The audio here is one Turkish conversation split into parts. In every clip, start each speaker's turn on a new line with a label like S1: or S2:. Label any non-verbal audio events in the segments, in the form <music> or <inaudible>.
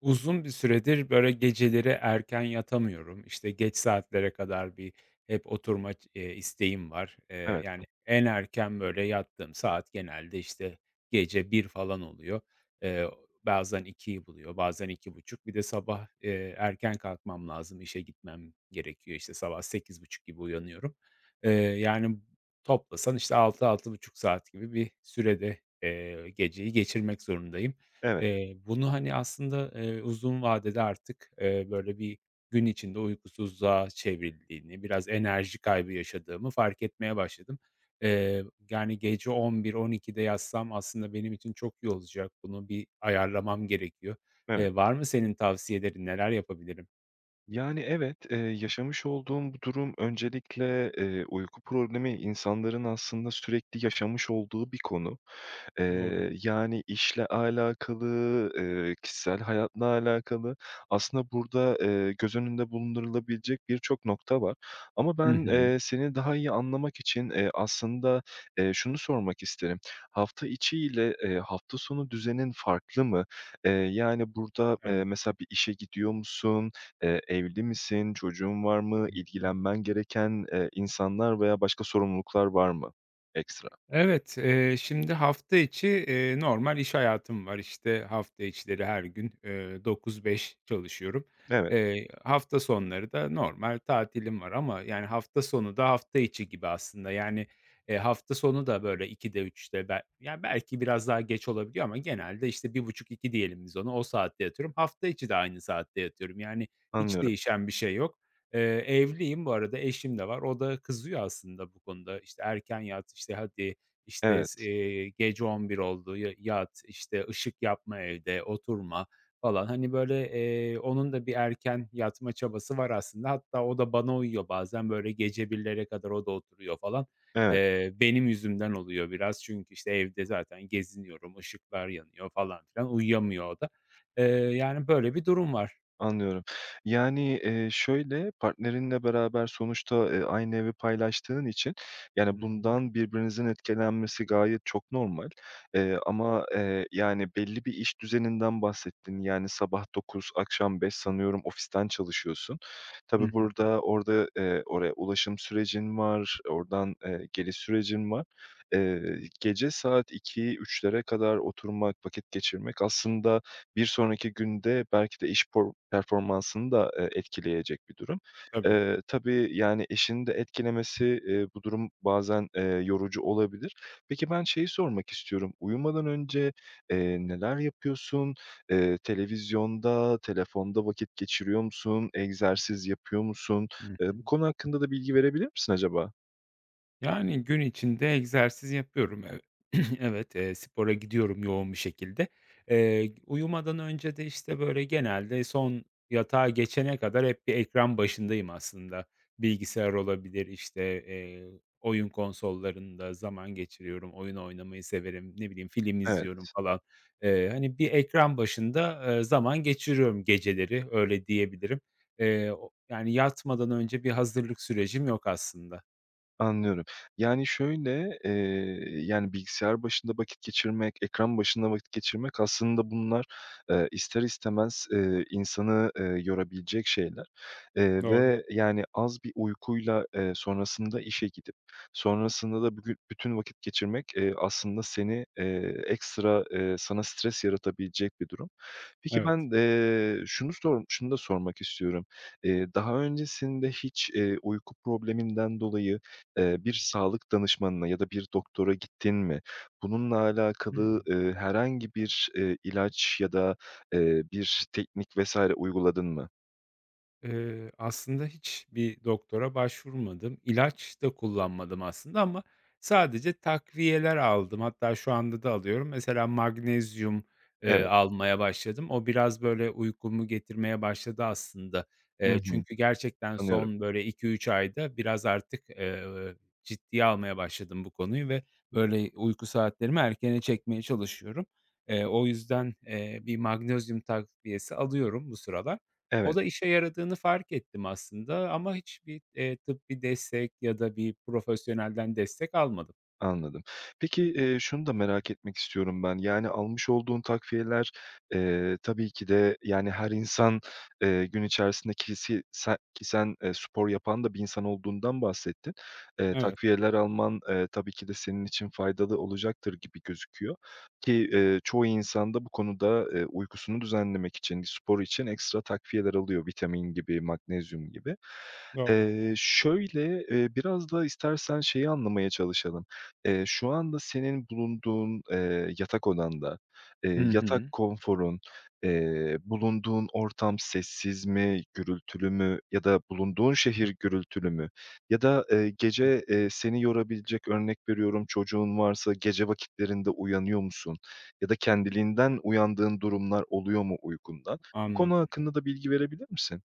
S1: Uzun bir süredir böyle geceleri erken yatamıyorum. İşte geç saatlere kadar bir hep oturma, isteğim var. Eee,
S2: Evet,
S1: yani en erken böyle yattığım saat genelde işte gece bir falan oluyor. Eee, bazen 2'yi buluyor, bazen 2.30. Bir de sabah, erken kalkmam lazım, işe gitmem gerekiyor. İşte sabah 8.30 gibi uyanıyorum. Yani toplasan işte altı altı buçuk saat gibi bir sürede, geceyi geçirmek zorundayım.
S2: evet,
S1: Bunu, hani, aslında, uzun vadede artık, böyle, bir gün içinde uykusuzluğa çevrildiğini, biraz enerji kaybı yaşadığımı fark etmeye başladım. Eee, yani, gece 11-12'de yatsam aslında benim için çok iyi olacak. Bunu bir ayarlamam gerekiyor.
S2: evet.
S1: Var mı senin tavsiyelerin? Neler yapabilirim?
S2: Yani, evet, yaşamış olduğum bu durum öncelikle, uyku problemi insanların aslında sürekli yaşamış olduğu bir konu.
S1: Doğru.
S2: Yani işle alakalı, kişisel hayatla alakalı aslında burada, göz önünde bulundurulabilecek birçok nokta var. Ama
S1: Hı
S2: ben,
S1: hı.
S2: seni daha iyi anlamak için, aslında, şunu sormak isterim. Hafta içi ile, hafta sonu düzenin farklı mı? Yani burada,
S1: Evet.
S2: mesela bir işe gidiyor musun? Evli misin? Çocuğun var mı? İlgilenmen gereken, insanlar veya başka sorumluluklar var mı ekstra?
S1: Evet, şimdi hafta içi, normal iş hayatım var. İşte, hafta içleri her gün, 9-5 çalışıyorum.
S2: Evet,
S1: Hafta sonları da normal tatilim var ama, yani, hafta sonu da hafta içi gibi aslında. Yani, hafta sonu da, böyle, 14.00'de 15.00'de belki biraz daha geç olabiliyor ama genelde, işte, 13.30-14.00 diyelim biz ona. O saatte yatıyorum. Hafta içi de aynı saatte yatıyorum. Yani, hiç
S2: anlıyorum.
S1: değişen bir şey yok. Eee, evliyim bu arada, eşim de var. O da kızıyor aslında bu konuda. İşte, "Erken yat, işte, hadi." İşte, s
S2: Evet.
S1: gece 11 oldu, ya yat, işte, ışık yapma evde, oturma falan. Hani, böyle, onun da bir erken yatma çabası var aslında. Hatta o da bana uyuyor bazen, böyle, gece birlere kadar o da oturuyor falan.
S2: Evet,
S1: Benim yüzümden oluyor biraz çünkü, işte, evde zaten geziniyorum, ışıklar yanıyor falan filan, uyuyamıyor o da. Eee, yani, böyle bir durum var.
S2: anlıyorum. Yani, şöyle, partnerinle beraber sonuçta, aynı evi paylaştığın için, yani,
S1: Hı hı.
S2: bundan birbirinizin etkilenmesi gayet çok normal. Ama, yani, belli bir iş düzeninden bahsettin. Yani, sabah 9 akşam 5 sanıyorum ofisten çalışıyorsun.
S1: Hı
S2: Tabii
S1: hı.
S2: burada, orada, oraya ulaşım sürecin var, oradan, geliş sürecin var. Gece saat iki üçlere kadar oturmak, vakit geçirmek aslında bir sonraki günde belki de iş performansını da, etkileyecek bir durum.
S1: Tabii.
S2: Tabii, yani, eşinin de etkilemesi, bu durum bazen, yorucu olabilir. Peki, ben şeyi sormak istiyorum. Uyumadan önce, neler yapıyorsun? Televizyonda, telefonda vakit geçiriyor musun? Egzersiz yapıyor musun?
S1: Hı
S2: Eee,
S1: hı.
S2: bu konu hakkında da bilgi verebilir misin acaba?
S1: Yani, gün içinde egzersiz yapıyorum. <clears throat> Evet, spora gidiyorum yoğun bir şekilde. Uyumadan önce de, işte, böyle, genelde son yatağa geçene kadar hep bir ekran başındayım aslında. Bilgisayar olabilir, işte, oyun konsollarında zaman geçiriyorum, oyun oynamayı severim, ne bileyim, film izliyorum
S2: Evet.
S1: falan. Hani, bir ekran başında, zaman geçiriyorum geceleri, öyle diyebilirim. O yani, yatmadan önce bir hazırlık sürecim yok aslında.
S2: Anlıyorum. Yani, şöyle, yani, bilgisayar başında vakit geçirmek, ekran başında vakit geçirmek aslında bunlar, ister istemez, insanı, yorabilecek şeyler,
S1: Doğru.
S2: ve, yani, az bir uykuyla, sonrasında işe gidip sonrasında da bugün bütün vakit geçirmek, aslında seni, ekstra, sana stres yaratabilecek bir durum. Peki
S1: Evet.
S2: ben, şunu da sormak istiyorum. Daha öncesinde hiç, uyku probleminden dolayı, bir sağlık danışmanına ya da bir doktora gittin mi? Bununla alakalı,
S1: Hımm.
S2: herhangi bir, ilaç ya da, bir teknik vs. uyguladın mı?
S1: Aslında hiçbir doktora başvurmadım. İlaç da kullanmadım aslında ama sadece takviyeler aldım. Hatta şu anda da alıyorum. Mesela magnezyum,
S2: Evet.
S1: almaya başladım. O biraz böyle uykumu getirmeye başladı aslında.
S2: Hı
S1: Eee,
S2: hı.
S1: çünkü gerçekten
S2: Anlıyorum.
S1: son böyle iki üç ayda biraz artık, ciddiye almaya başladım bu konuyu ve böyle uyku saatlerimi erkene çekmeye çalışıyorum. O yüzden, bir magnezyum takviyesi alıyorum bu sıralar. O
S2: Evet.
S1: da işe yaradığını fark ettim aslında ama hiçbir, tıbbi destek ya da bir profesyonelden destek almadım.
S2: Anladım. Peki, şunu da merak etmek istiyorum ben. Yani, almış olduğun takviyeler, tabii ki de, yani, her insan, gün içerisinde kisi se ki sen, spor yapan da bir insan olduğundan bahsettin. Eee,
S1: Evet,
S2: takviyeler alman, tabii ki de senin için faydalı olacaktır gibi gözüküyor ki, çoğu insan da bu konuda, uykusunu düzenlemek için, spor için ekstra takviyeler alıyor, vitamin gibi, magnezyum gibi.
S1: doğru.
S2: Şöyle, biraz da istersen şeyi anlamaya çalışalım. Şu anda senin bulunduğun, yatak odanda,
S1: Hı
S2: yatak
S1: hı.
S2: konforun, bulunduğun ortam sessiz mi, gürültülü mü ya da bulunduğun şehir gürültülü mü? Ya da, gece, seni yorabilecek, örnek veriyorum, çocuğun varsa gece vakitlerinde uyanıyor musun? Ya da kendiliğinden uyandığın durumlar oluyor mu uykundan? Bu konu
S1: Anladım.
S2: hakkında da bilgi verebilir misin?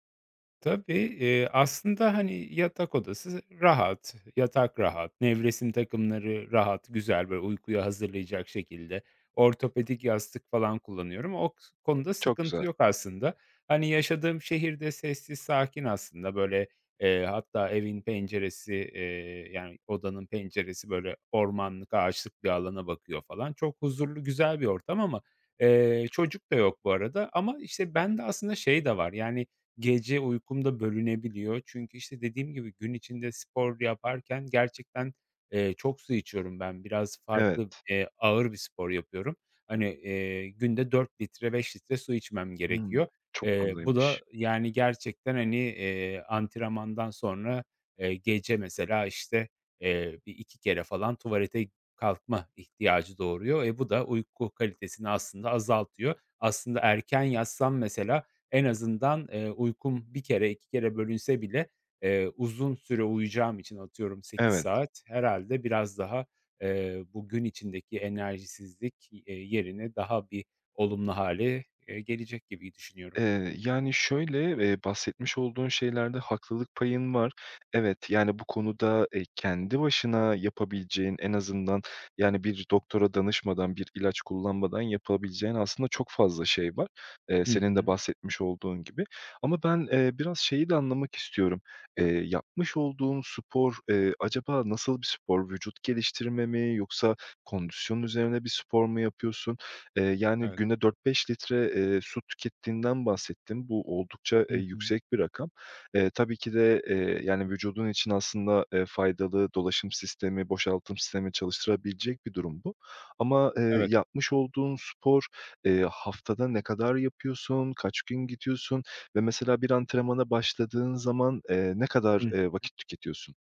S1: Tabii, aslında, hani, yatak odası rahat, yatak rahat, nevresim takımları rahat, güzel, böyle, uykuya hazırlayacak şekilde. Ortopedik yastık falan kullanıyorum. O konuda
S2: Çok
S1: sıkıntı
S2: güzel.
S1: yok aslında. Hani, yaşadığım şehirde sessiz, sakin aslında, böyle, hatta evin penceresi, yani, odanın penceresi, böyle, ormanlık, ağaçlık bir alana bakıyor falan. Çok huzurlu, güzel bir ortam ama, çocuk da yok bu arada ama, işte, ben de aslında şey de var, yani, gece uykum da bölünebiliyor. Çünkü, işte, dediğim gibi gün içinde spor yaparken gerçekten, çok su içiyorum ben. Biraz farklı,
S2: Evet.
S1: ağır bir spor yapıyorum. Hani, günde 4 litre, 5 litre su içmem
S2: Hımm.
S1: gerekiyor.
S2: Çok
S1: Bu
S2: fazlaymış.
S1: da, yani, gerçekten, hani, antrenmandan sonra, gece mesela, işte, bir 2 kere falan tuvalete kalkma ihtiyacı doğuruyor. E, bu da uyku kalitesini aslında azaltıyor. Aslında erken yatsam mesela en azından, uykum bir kere 2 kere bölünse bile, uzun süre uyuyacağım için atıyorum sekiz
S2: Evet.
S1: saat herhalde biraz daha, bu gün içindeki enerjisizlik, yerine daha bir olumlu hale gelecek gibi düşünüyorum.
S2: Yani, şöyle, bahsetmiş olduğun şeylerde haklılık payın var. Evet, yani, bu konuda, kendi başına yapabileceğin en azından, yani, bir doktora danışmadan, bir ilaç kullanmadan yapabileceğin aslında çok fazla şey var,
S1: Hı
S2: senin de
S1: hı.
S2: bahsetmiş olduğun gibi. Ama ben, biraz şeyi de anlamak istiyorum. Yapmış olduğun spor, acaba nasıl bir spor? Vücut geliştirme mi yoksa kondisyon üzerine bir spor mu yapıyorsun? Yani
S1: Evet.
S2: günde 4-5 litre, su tükettiğinden bahsettim. Bu oldukça,
S1: Hı hı.
S2: yüksek bir rakam. Tabii ki de, yani, vücudun için aslında, faydalı dolaşım sistemi, boşaltım sistemi çalıştırabilecek bir durum bu. Ama,
S1: Evet.
S2: yapmış olduğun spor, haftada ne kadar yapıyorsun, kaç gün gidiyorsun ve mesela bir antrenmana başladığın zaman, ne kadar, vakit tüketiyorsun?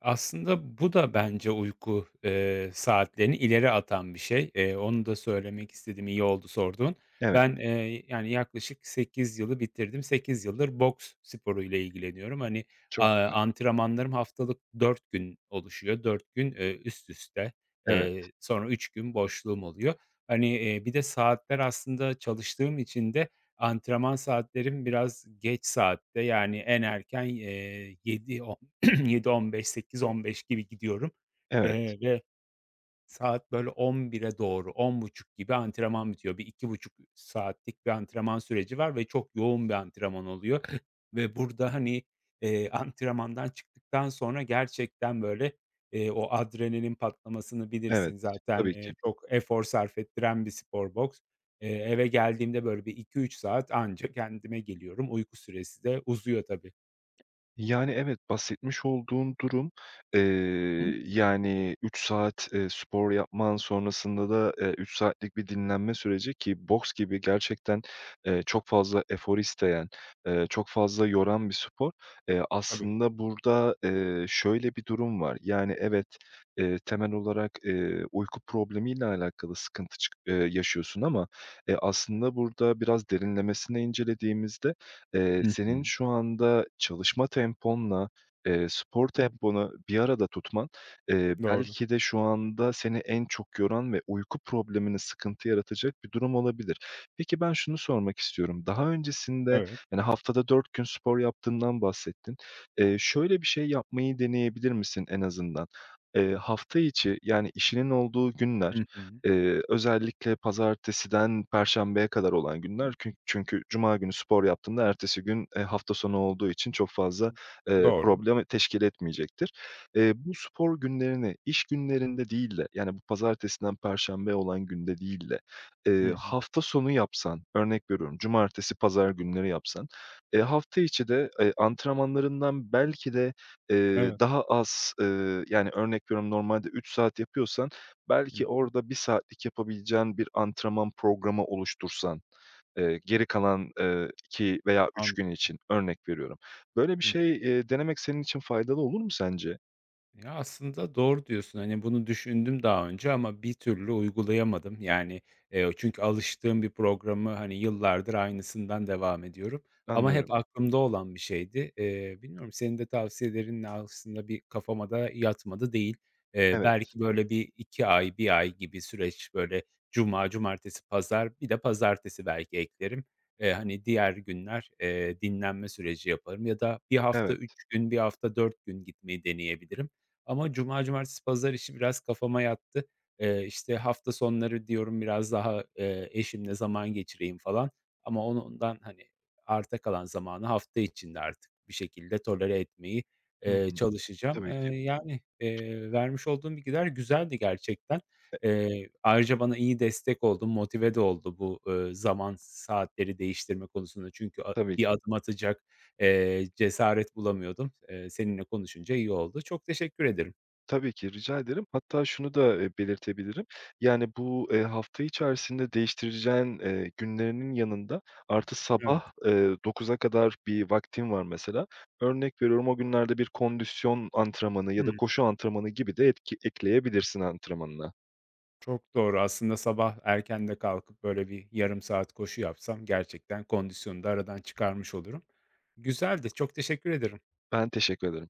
S1: Aslında bu da bence uyku, saatlerini ileri atan bir şey. Onu da söylemek istedim, İyi oldu sorduğun.
S2: Evet,
S1: Ben, yani, yaklaşık 8 yılı bitirdim. 8 yıldır boks sporuyla ilgileniyorum. Hani,
S2: çok güzel.
S1: antrenmanlarım haftalık 4 gün oluşuyor. 4 gün, üst üste.
S2: Evet,
S1: Sonra 3 gün boşluğum oluyor. Hani, bir de saatler aslında çalıştığım için de antrenman saatlerim biraz geç saatte, yani, en erken, 7 <clears throat> 7-15, 8-15 gibi gidiyorum,
S2: evet,
S1: ve saat böyle 11'e doğru, 10.30 gibi antrenman bitiyor. Bir iki buçuk saatlik bir antrenman süreci var ve çok yoğun bir antrenman oluyor <clears throat> <laughs> ve burada, hani, antrenmandan çıktıktan sonra gerçekten böyle, o adrenalin patlamasını
S2: evet.
S1: bilirsin zaten,
S2: Tabii ki.
S1: çok efor sarf ettiren bir spor boks. Eve geldiğimde böyle bir iki üç saat anca kendime geliyorum. Uyku süresi de uzuyor tabii.
S2: Yani, evet, bahsetmiş olduğun durum, eee,
S1: Hı,
S2: yani 3 saat, spor yapman, sonrasında da, 3 saatlik bir dinlenme süreci ki boks gibi gerçekten, çok fazla efor isteyen, çok fazla yoran bir spor. Eee,
S1: tabii.
S2: aslında burada, şöyle bir durum var. Yani, evet, temel olarak, uyku problemiyle alakalı sıkıntı çık yaşıyorsun ama, aslında burada biraz derinlemesine incelediğimizde,
S1: Hı
S2: senin
S1: hı.
S2: şu anda çalışma temponla, spor temponu bir arada tutman,
S1: Doğru.
S2: belki de şu anda seni en çok yoran ve uyku problemine sıkıntı yaratacak bir durum olabilir. Peki, ben şunu sormak istiyorum. Daha öncesinde,
S1: Evet.
S2: yani, haftada 4 gün spor yaptığından bahsettin. Şöyle bir şey yapmayı deneyebilir misin en azından? Hafta içi, yani, işinin olduğu günler.
S1: Hı hı.
S2: Özellikle pazartesiden perşembeye kadar olan günler çünkü cuma günü spor yaptığımda ertesi gün, hafta sonu olduğu için çok fazla,
S1: Doğru.
S2: problem teşkil etmeyecektir. Bu spor günlerini iş günlerinde değil de, yani, bu pazartesiden perşembeye olan günde değil de,
S1: Hı hı.
S2: hafta sonu yapsan, örnek veriyorum, cumartesi, pazar günleri yapsan, hafta içi de, antrenmanlarından belki de,
S1: Evet.
S2: daha az, yani, örnek veriyorum, normalde 3 saat yapıyorsan
S1: Hı.
S2: belki orada bir saatlik yapabileceğin bir antrenman programı oluştursan, geri kalan, 2 veya 3
S1: Anladım.
S2: gün için örnek veriyorum. Böyle bir
S1: Hı.
S2: şey, denemek senin için faydalı olur mu sence?
S1: Ya, aslında doğru diyorsun. Hani, bunu düşündüm daha önce ama bir türlü uygulayamadım. Yani, çünkü alıştığım bir programı, hani, yıllardır aynısından devam ediyorum ama hep
S2: Anlıyorum.
S1: aklımda olan bir şeydi. Bilmiyorum, senin de tavsiyelerinle aslında bir kafama da yatmadı değil. Eee,
S2: Evet,
S1: belki böyle bir 2 ay, bir ay gibi süreç, böyle, cuma, cumartesi, pazar, bir de pazartesi belki eklerim. Hani, diğer günler, dinlenme süreci yaparım ya da bir hafta
S2: evet.
S1: 3 gün, bir hafta 4 gün gitmeyi deneyebilirim. Ama cuma, cumartesi, pazar işi biraz kafama yattı. İşte, hafta sonları diyorum biraz daha, eşimle zaman geçireyim falan ama ondan, hani, arta kalan zamanı hafta içinde artık bir şekilde tolere etmeyi,
S2: Hı hı.
S1: çalışacağım.
S2: Tabii
S1: Eee,
S2: ki.
S1: yani, vermiş olduğun bilgiler güzeldi gerçekten. Ayrıca bana iyi destek oldu, motive de oldu bu, zaman saatleri değiştirme konusunda. Çünkü
S2: Tabii ki.
S1: bir adım atacak cesaret bulamıyordum. Seninle konuşunca iyi oldu. Çok teşekkür ederim.
S2: Tabii ki, rica ederim. Hatta şunu da, belirtebilirim. Yani, bu, hafta içerisinde değiştireceğin, günlerinin yanında artı
S1: Evet.
S2: sabah, 9'a kadar bir vaktin var mesela. Örnek veriyorum, o günlerde bir kondisyon antrenmanı ya da
S1: Hımm,
S2: koşu antrenmanı gibi de etki ekleyebilirsin antrenmanına.
S1: çok doğru. Aslında sabah erken de kalkıp böyle bir yarım saat koşu yapsam gerçekten kondisyonu da aradan çıkarmış olurum. Güzeldi, çok teşekkür ederim.
S2: Ben teşekkür ederim.